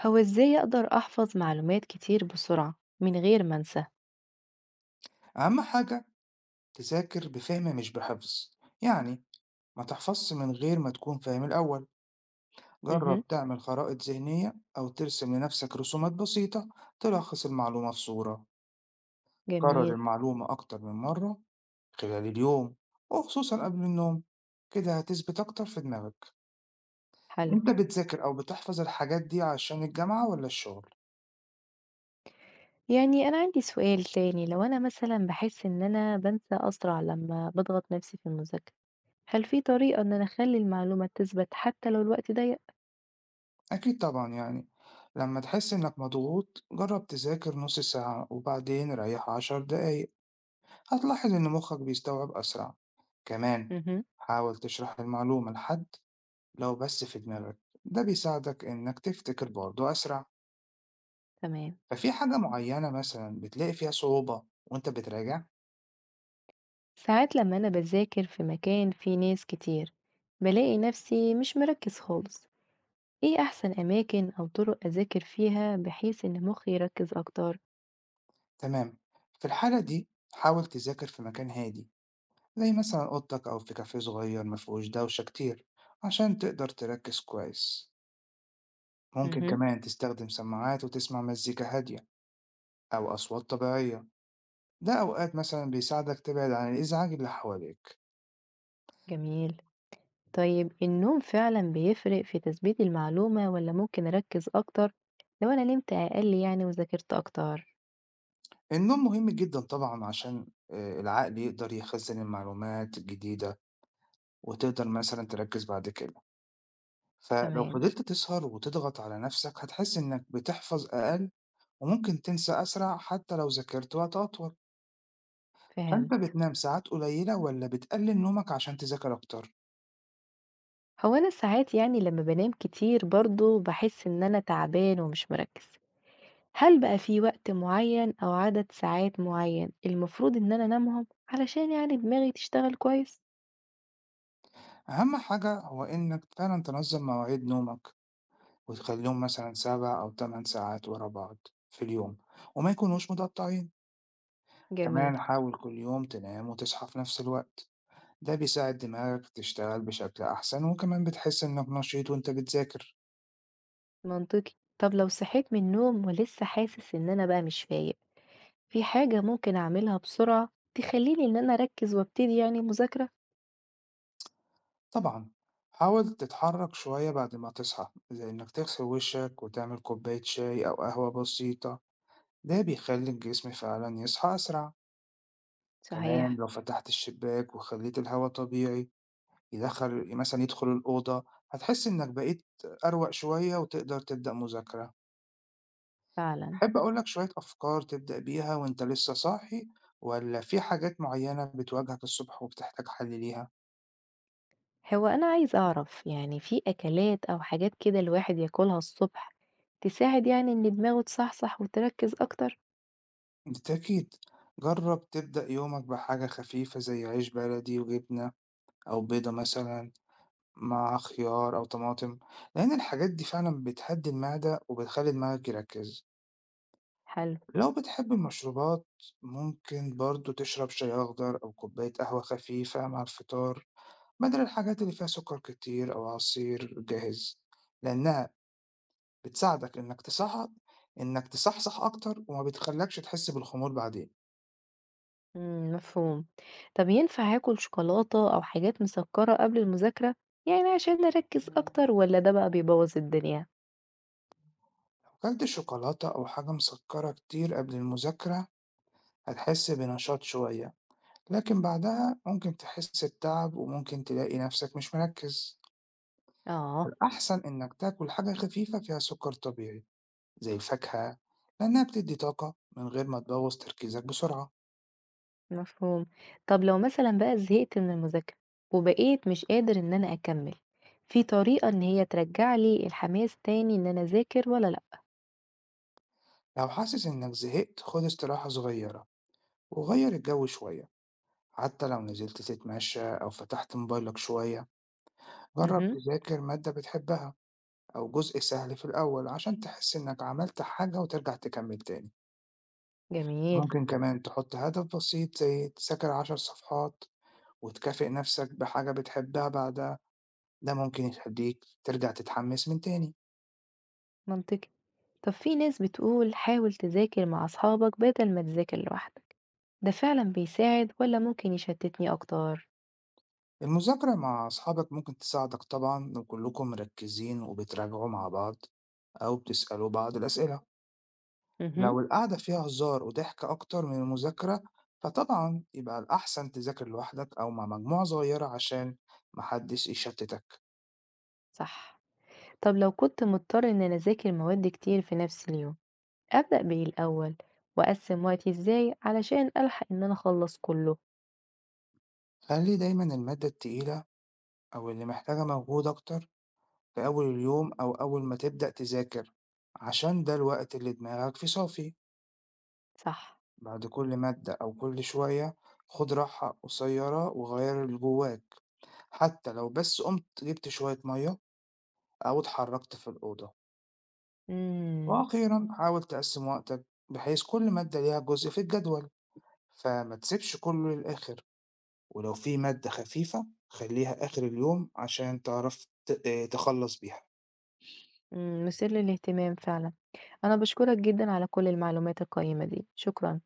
هو إزاي أقدر أحفظ معلومات كتير بسرعة من غير ما أنسى؟ أهم حاجة، تذاكر بفهم مش بحفظ. يعني ما تحفظش من غير ما تكون فاهم الأول. اهم، جرب تعمل خرائط ذهنية أو ترسم لنفسك رسومات بسيطة تلخص المعلومة في صورة. كرر جميل، المعلومة أكتر من مرة خلال اليوم، وخصوصا قبل النوم. كده هتثبت أكتر في دماغك. حلو. أنت بتذاكر أو بتحفظ الحاجات دي عشان الجامعة ولا الشغل؟ يعني أنا عندي سؤال تاني، لو أنا مثلًا باحس إن أنا بانسى أسرع لما باضغط نفسي في المذاكرة، هل في طريقة إن أنا أخلي المعلومة تثبت حتى لو الوقت ضيق؟ أكيد طبعا. يعني لما تحس إنك مضغوط جرب تذاكر نص ساعة وبعدين ريح 10 دقايق. هتلاحظ إن مخك بيستوعب أسرع. كمان اهم، حاول تشرح المعلومة لحد، لو بس في دماغك. ده بيساعدك إنك تفتكر برضه أسرع. تمام. ففي حاجة معينة مثلا بتلاقي فيها صعوبة وإنت بتراجع؟ ساعات لما أنا باذاكر في مكان فيه ناس كتير، بالاقي نفسي مش مركز خالص. إيه أحسن أماكن أو طرق أذاكر فيها بحيث إن مخي يركز أكتر؟ تمام. في الحالة دي حاول تذاكر في مكان هادي، زي مثلا أوضتك أو في كافيه صغير مفيهوش دوشة كتير، عشان تقدر تركز كويس. ممكن اهم، كمان تستخدم سماعات وتسمع مزيكا هادية أو أصوات طبيعية. ده أوقات مثلا بيساعدك تبعد عن الإزعاج اللي حواليك. جميل. طيب النوم فعلا بيفرق في تثبيت المعلومة ولا ممكن أركز أكتر لو أنا نمت أقل يعني وذاكرت أكتر. النوم مهم جدا طبعا عشان العقل يقدر يخزن المعلومات الجديدة، وتقدر مثلا تركز بعد كده. فلو تمام. فضلت تسهر وتضغط على نفسك هتحس إنك بتحفظ أقل، وممكن تنسى أسرع حتى لو ذاكرت وقت أطول. فأنت فهمت. بتنام ساعات قليلة ولا بتقلل نومك عشان تذاكر أكتر؟ هو أنا ساعات يعني لما بنام كتير برضو بحس إن أنا تعبان ومش مركز. هل بقى في وقت معين أو عدد ساعات معين المفروض إن أنا أنامهم علشان يعني دماغي تشتغل كويس؟ أهم حاجة هو إنك فعلا تنظم مواعيد نومك، وتخليهم مثلا 7 أو 8 ساعات ورا بعض في اليوم، وما يكونوش متقطعين. جميل. كمان حاول كل يوم تنام وتصحى في نفس الوقت. ده بيساعد دماغك تشتغل بشكل أحسن، وكمان بتحس إنك نشيط وإنت بتذاكر. منطقي. طب لو صحيت من النوم ولسه حاسس إن أنا بقى مش فايق، في حاجة ممكن أعملها بسرعة تخلّيني إن أنا أركّز وابتدي يعني مذاكرة؟ طبعا حاول تتحرك شوية بعد ما تصحى، زي إنك تغسل وشك وتعمل كوباية شاي أو قهوة بسيطة. ده بيخلي الجسم فعلا يصحى أسرع. كمان صحيح. لو فتحت الشباك وخليت الهواء طبيعي يدخل الأوضة، هتحس إنك بقيت أروق شوية وتقدر تبدأ مذاكرة. فعلًا. أحب أقول لك شوية أفكار تبدأ بيها وأنت لسه صاحي، ولا في حاجات معينة بتواجهك الصبح وبتحتاج حل ليها؟ هو أنا عايزة أعرف يعني في أكلات أو حاجات كده الواحد ياكلها الصبح تساعد يعني إن دماغه تصحصح وتركّز أكتر؟ بالتأكيد. جرب تبدأ يومك بحاجة خفيفة زي عيش بلدي وجبنة، أو بيضة مثلا، مع خيار أو طماطم، لأن الحاجات دي فعلا بتهدي المعدة وبتخلي دماغك يركز. حلو، لو بتحب المشروبات، ممكن برضو تشرب شاي أخضر أو كوباية قهوة خفيفة مع الفطار، بدل الحاجات اللي فيها سكر كتير أو عصير جاهز، لأنها بتساعدك إنك تصحصح أكتر وما بتخلّكش تحس بالخمول بعدين. إمم، مفهوم. طب ينفع آكل شوكولاتة أو حاجات مسكّرة قبل المذاكرة، يعني عشان أركّز أكتر والّا ده بقى بيبوّظ الدنيا؟ لو كلت شوكولاتة أو حاجة مسكّرة كتير قبل المذاكرة، هتحس بنشاط شوية، لكن بعدها ممكن تحس بتعب وممكن تلاقي نفسك مش مركّز. آه. الأحسن إنك تاكل حاجة خفيفة فيها سكر طبيعي زي الفاكهة، لإنها بتدّي طاقة من غير ما تبوّظ تركيزك بسرعة. مفهوم. طب لو مثلًا بقى زهقت من المذاكرة، وبقيت مش قادر إن أنا أكمّل، في طريقة إن هي ترجّع لي الحماس تاني إن أنا أذاكر والّا لأ؟ لو حاسس إنك زهقت، خُد استراحة صغيرة وغيّر الجو شوية، حتى لو نزلت تتمشى أو فتحت موبايلك شوية. جرب اهم، تذاكر مادة بتحبها، أو جزء سهل في الأول عشان تحس إنك عملت حاجة وترجع تكمل تاني. جميل، ممكن كمان تحط هدف بسيط زي تذاكر 10 صفحات، وتكافئ نفسك بحاجة بتحبها بعدها. ده ممكن يخليك ترجع تتحمس من تاني. منطقي. طب في ناس بتقول حاول تذاكر مع أصحابك بدل ما تذاكر لوحدك، ده فعلًا بيساعد والّا ممكن يشتتني أكتر؟ المذاكرة مع أصحابك ممكن تساعدك طبعا لو كلكم مركزين وبتراجعوا مع بعض أو بتسألوا بعض الأسئلة. اهم، لو القعدة فيها هزار وضحك أكتر من المذاكرة، فطبعا يبقى الأحسن تذاكر لوحدك أو مع مجموعة صغيرة عشان محدش يشتتك. صح. طب لو كنت مضطر إن أنا أذاكر مواد كتير في نفس اليوم، أبدأ بإيه الأول، وأقسّم وقتي إزاي علشان ألحق إن أنا أخلّص كلّه؟ خلي دايما المادة التقيلة أو اللي محتاجة مجهود أكتر في أول اليوم أو أول ما تبدأ تذاكر، عشان ده الوقت اللي دماغك فيه صافي. صح. بعد كل مادة أو كل شوية خد راحة قصيرة وغير اللي جواك، حتى لو بس قمت جبت شوية مية أو اتحركت في الأوضة. إمم، وأخيرا حاول تقسم وقتك بحيث كل مادة ليها جزء في الجدول، فما تسيبش كله للآخر. ولو في مادة خفيفة خليها آخر اليوم عشان تعرف تخلص بيها. مثير للاهتمام فعلًا. أنا باشكرك جدًا على كل المعلومات القيّمة دي، شكرًا.